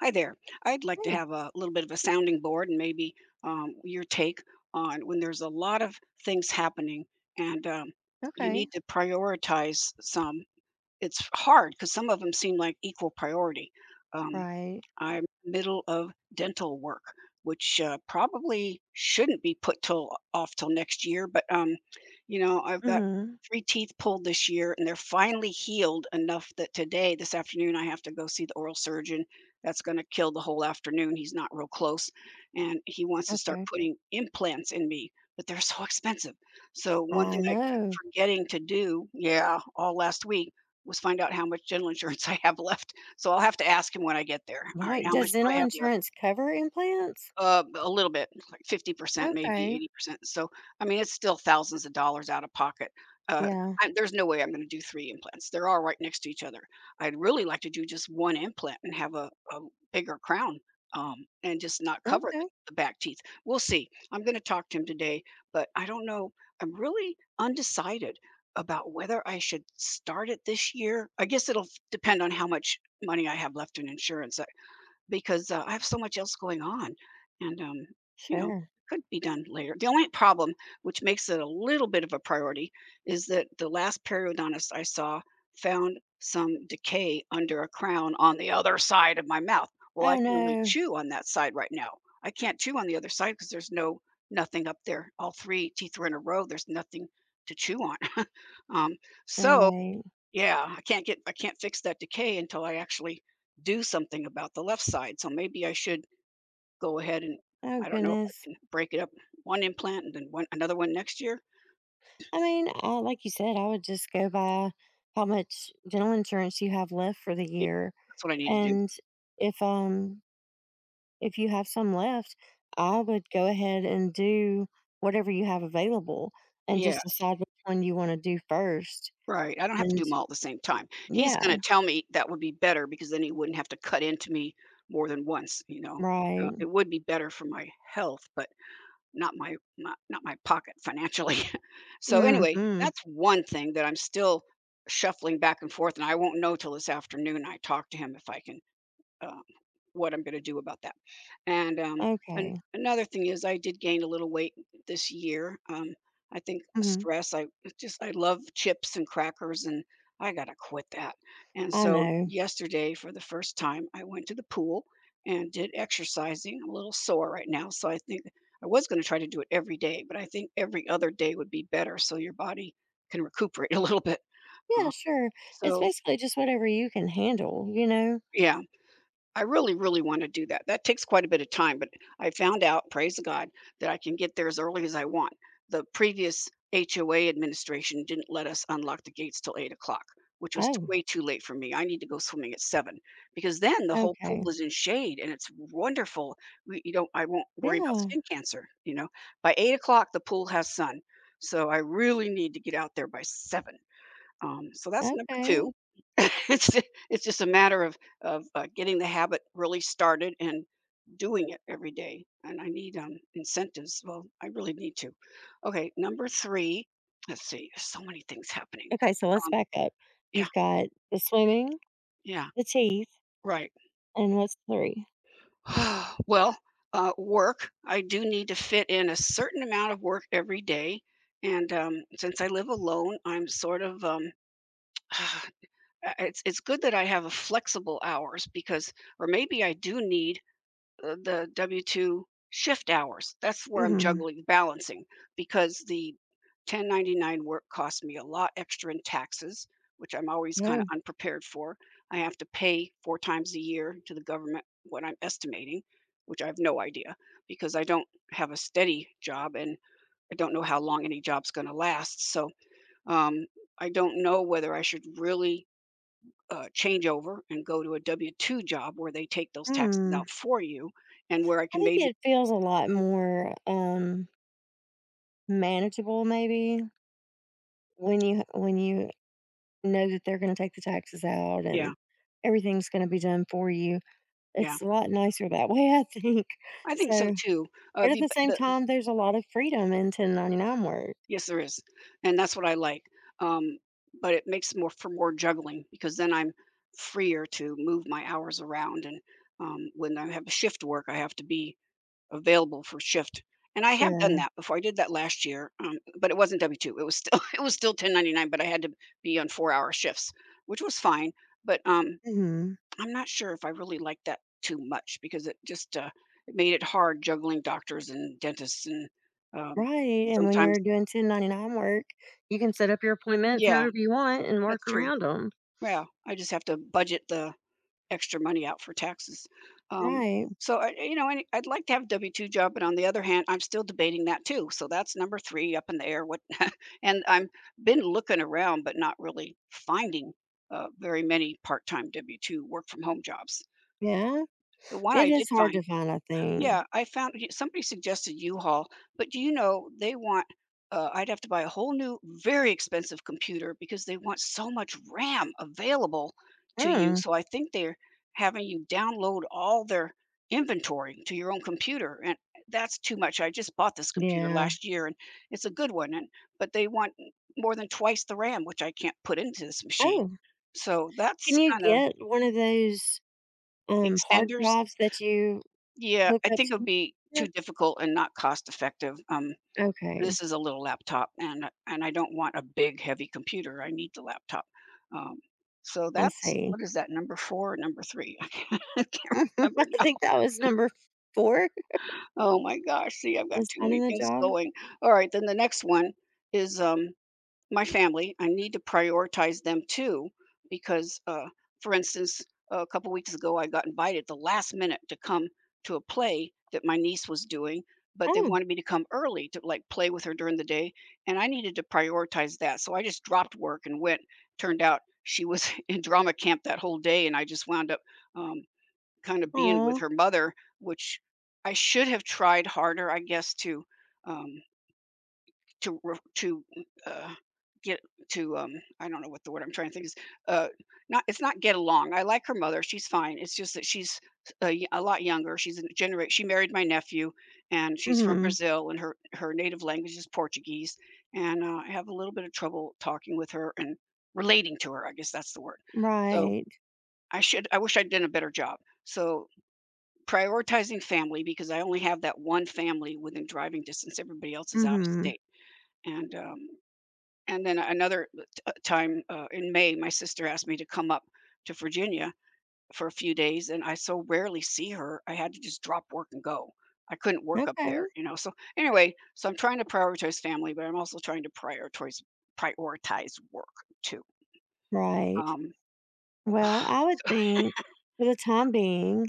Hi there. I'd like to Hey, have a little bit of a sounding board and maybe your take on when there's a lot of things happening and you okay. need to prioritize some. It's hard because some of them seem like equal priority. Um, Right. I'm middle of dental work, which probably shouldn't be put till off till next year. But I've got Mhm. three teeth pulled this year, and they're finally healed enough that today, this afternoon, I have to go see the oral surgeon. That's going to kill the whole afternoon. He's not real close, and he wants to start Okay. putting implants in me. But they're so expensive. So one I thing I kept know. forgetting to do, yeah, all last week was find out how much dental insurance I have left. So I'll have to ask him when I get there. All right, Right. how much Does do I dental have left? insurance cover implants? A little bit, like 50%, maybe Okay. 80%. So, I mean, it's still thousands of dollars out of pocket. Uh, Yeah. I there's no way I'm gonna do three implants. They're all right next to each other. I'd really like to do just one implant and have a bigger crown, and just not cover the Okay. the back teeth. We'll see. I'm gonna talk to him today, but I don't know. I'm really undecided about whether I should start it this year. I guess it'll f depend on how much money I have left in insurance because, I have so much else going on, and, you know, Sure. could be done later. The only problem, which makes it a little bit of a priority, is that the last periodontist I saw found some decay under a crown on the other side of my mouth. Well, I Oh, can only no. chew on that side right now. I can't chew on the other side because there's no nothing up there. All three teeth were in a row. There's nothing to chew on. Um, so Right. yeah, I can't fix that decay until I actually do something about the left side. So maybe I should go ahead and Oh, I don't know if I goodness. can break it up, one implant and then one another one next year. I mean, I, like you said, I would just go by how much dental insurance you have left for the Yeah, year. that's what I need to do. And if, um, if you have some left, I would go ahead and do whatever you have available and Yeah, just decide which one you want to do first. right. I don't have to do And. them all at the same time. He's going Yeah, to tell me that would be better because then he wouldn't have to cut into me more than once, you know. It right. would be better for my health, but not my pocket financially. So anyway, Mhm. that's one thing that I'm still shuffling back and forth, and I won't know till this afternoon. I talk to him if I can, um, what I'm going to do about that. And um, Okay. Another thing is, I did gain a little weight this year. I think Mhm. stress. I love chips and crackers, and I gotta quit that. And I so know. yesterday, for the first time, I went to the pool and did exercising. I'm a little sore right now, so I think I was going to try to do it every day, but I think every other day would be better, so your body can recuperate a little bit. Yeah, Uh, sure. It's so basically just whatever you can handle, you know? yeah, I really, really wanna do that. That takes quite a bit of time, but I found out, praise God, that I can get there as early as I want. The previous HOA administration didn't let us unlock the gates till 8 o'clock, which was t Oh, way too late for me. I need to go swimming at seven because then the whole okay. pool is in shade and it's wonderful. We you don't I won't worry about Yeah, skin cancer, you know? By 8 o'clock, the pool has sun, so I really need to get out there by seven. So that's number okay. two. It's ju it's just a matter of getting the habit really started and doing it every day, and I need, incentives. Well, I really need to. Okay, number three, let's see, there's so many things happening. Okay, so let's Um, back up. yeah, You've got the swimming, yeah, the teeth, right. and what's 3? Well, work, I do need to fit in a certain amount of work every day, and, since I live alone, I'm sort of, it's good that I have a flexible hours because, or maybe I do need, the W-2 shift hours. That's where I'm Mhm. juggling, balancing, because the 1099 work costs me a lot extra in taxes, which I'm always kind of Oh. unprepared for. I have to pay 4 times a year to the government what I'm estimating, which I have no idea because I don't have a steady job and I don't know how long any job's going to last. So, um, I don't know whether I should really, change over and go to a W-2 job where they take those taxes Hmm. out for you and where I I can think maybe, it feels a lot more, manageable maybe when you know that they're gonna take the taxes out yeah, and everything's gonna be done for you. yeah. It's a lot nicer that way, I think. I think so So too. But at the same The time, there's a lot of freedom in 1099 work. yes, there is, and that's what I like, um, but it makes more for more juggling because then I'm freer to move my hours around, and, when I have a shift work, I have to be available for shift, and I have done Sure. that before. I did that last year, but it wasn't W-2. It was still it was still 1099, but I had to be on 4-hour shifts, which was fine, but, Mhm. I'm not sure if I really liked that too much because it made it hard juggling doctors and dentists and um, Right, and when sometimes, you're doing 1099 work, you can set up your appointments yeah, however you want and that's work true. around them. Yeah, I just have to budget the extra money out for taxes. Um, Right. so and I'd like to have a W two job, but on the other hand, I'm still debating that too. So that's number three up in the air. What, and I'm been looking around, but not really finding, very many part time W two work from home jobs. Yeah. The one It I did is hard find to find, I think. Yeah, I found y somebody suggested U-Haul, but do you know they want, I'd have to buy a whole new, very expensive computer because they want so much RAM available to you. Mm. So I think they're having you download all their inventory to your own computer, and that's too much. I just bought this computer Yeah. last year, and it's a good one, and but they want more than twice the RAM, which I can't put into this machine. Oh, So that's can you kinda, get one of those, hard extenders. drives that you Yeah, hook I up think it'd to? be Yeah. too difficult and not cost effective. Okay, This is a little laptop, and I don't want a big, heavy computer. I need the laptop. Um, so I that's see. what, is that number four or number three? I can't I remember now. think that was number 4. Oh my gosh! See, I've got Is too many finding a things job? going. All right, then the next one is, my family. I need to prioritize them too, because, for instance, a couple weeks ago, I got invited the last minute to come to a play that my niece was doing, but they Oh, wanted me to come early to like play with her during the day, and I needed to prioritize that. So I just dropped work and went. Turned out she was in drama camp that whole day, and I just wound up, um, kind of being oh. with Aw. her mother, which I should have tried harder, I guess, to. Um, to re to, uh, get to, um, I don't know what the word I'm trying to think is, uh, not, it's not get along. I like her mother, she's fine, it's just that she's a lot younger, she's in genera she married my nephew, and she's from Mhm. Brazil, and her native language is Portuguese, and, I have a little bit of trouble talking with her and relating to her, I guess that's the word. So, Right. I wish I'd done a better job. So, prioritizing family because I only have that one family within driving distance, everybody else is out of Mhm. state, and, um and then time, in May, my sister asked me to come up to Virginia for a few days, and I so rarely see her. I had to just drop work and go. I couldn't work up Okay. there, you know. So anyway, so I'm trying to prioritize family, but I'm also trying to prioritize work too. Right. Um, Well, I would think for the time being,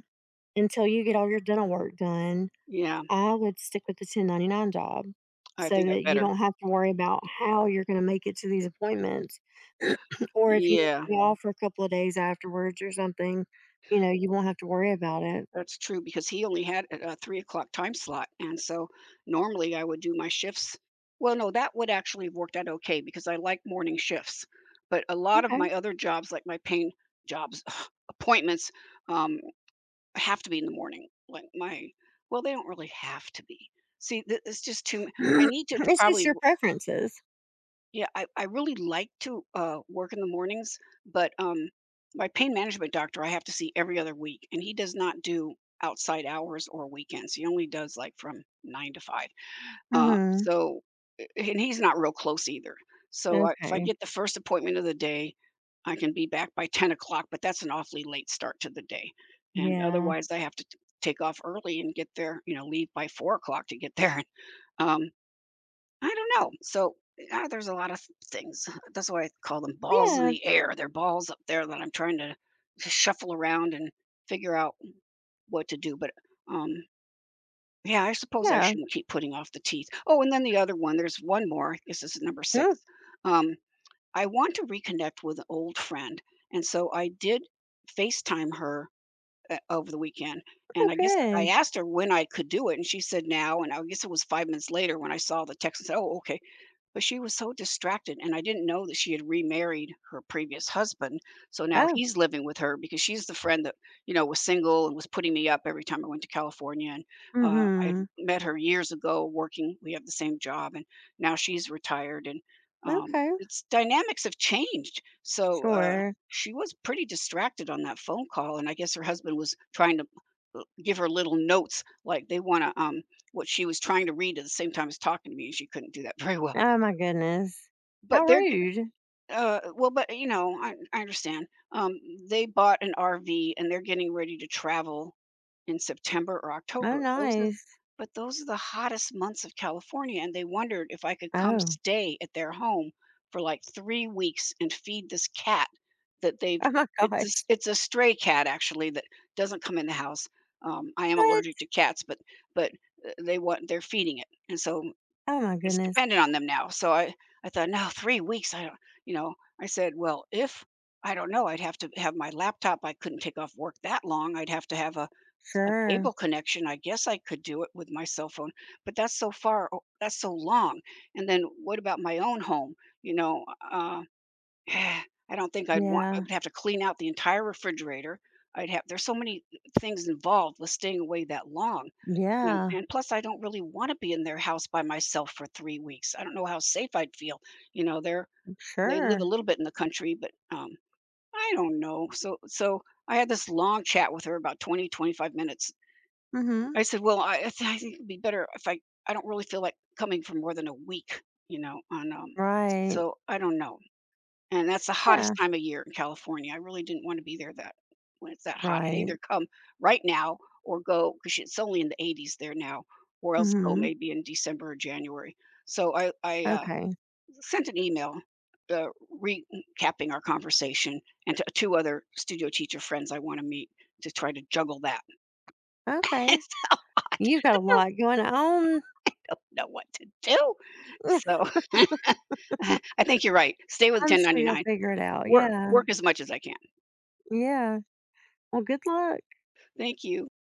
until you get all your dental work done, yeah, I would stick with the 1099 job I so think I that you better. don't have to worry about how you're gonna make it to these appointments. Or if you need Yeah. to be off for a couple of days afterwards or something, you know, you won't have to worry about it. That's true because he only had a 3 o'clock time slot, and so normally I would do my shifts well, no, That would actually have worked out okay because I like morning shifts, but a lot of my Okay. other jobs, like my jobs, appointments, um, have to be in the morning. Like my well, they don't really have to be. See, th it's just too m I need to It's just probably your preferences. yeah, I really like to work in the mornings, but my pain management doctor I have to see every other week, and he does not do outside hours or weekends. He only does like from nine to five. Uh, Mhm. so, and he's not real close either. So if I Okay. get the first appointment of the day, I can be back by 10 o'clock, but that's an awfully late start to the day. And Yeah. otherwise, I have to take off early and get there. You know, leave by 4 o'clock to get there. Um, I don't know. So, there's a lot of things. That's why I call them balls in Yeah, the air. They're balls up there that I'm trying to shuffle around and figure out what to do. But um, yeah, I suppose I yeah. shouldn't keep putting off the teeth. Oh, and then the other one. There's one more. This is number Oh, six. Um, I want to reconnect with an old friend, and so I did FaceTime her over the weekend. oh, And I guess I good. asked her when I could do it, and she said now. And I guess it was 5 minutes later when I saw the text and said, "Oh, okay." But she was so distracted, and I didn't know that she had remarried her previous husband, so now Oh, he's living with her because she's the friend that, you know, was single and was putting me up every time I went to California, and, I'd mm-hmm. met her years ago working we have the same job, and now she's retired, and, Okay, it's dynamics have changed, so, sure. she was pretty distracted on that phone call, and I guess her husband was trying to l give her little notes, like, they wanna, what she was trying to read at the same time as talking to me, and she couldn't do that very well. Oh my goodness. How But they're getting rude. Well, but, you know, I understand. Um, they bought an RV and they're getting ready to travel in September or Oh, October. Those are nice. but those are the hottest months of California, and they wondered if I could come Oh, stay at their home for, like, 3 weeks and feed this cat that they've oh my gosh. It's a stray cat, actually, that doesn't come in the house. I am What? allergic to cats, but, they want they're feeding it, and so Oh my it's goodness. dependent on them now. So I thought, no, 3 weeks. I don't, you know, I said, well, if I don't know, I'd have to have my laptop. I couldn't take off work that long. I'd have to have a cable Sure. connection. I guess I could do it with my cell phone, but that's so long. And then what about my own home? You know, uh, I don't think I'd want, I Yeah. would have to clean out the entire refrigerator. There's so many things involved with staying away that long and Yeah. and plus, I don't really wanna be in their house by myself for 3 weeks. I don't know how safe I'd feel. You know, they live a Sure. little bit in the country, but, I don't know. So I had this long chat with her, about 20, 25 minutes. Mm-hmm. I said, "Well, I think it'd be better if I I don't really feel like coming for more than a week, you know, on," Right. so I don't know. And that's the Yeah. hottest time of year in California. I really didn't want to be there that when it's that hot. I'd Right. either come right now or go because it's only in the 80s there now, or else go Mm-hmm. maybe in December or January. So I Okay. sent an email uh, recapping our conversation and to two other studio teacher friends I want to meet to try to juggle that. Okay. It's so hot. You got I a just lot going on. don't know what to do. So I think you're right. Stay with I'm sure you'll 1099. figure it out. Work Yeah. work as much as I can. Yeah. Well, good luck. Thank you.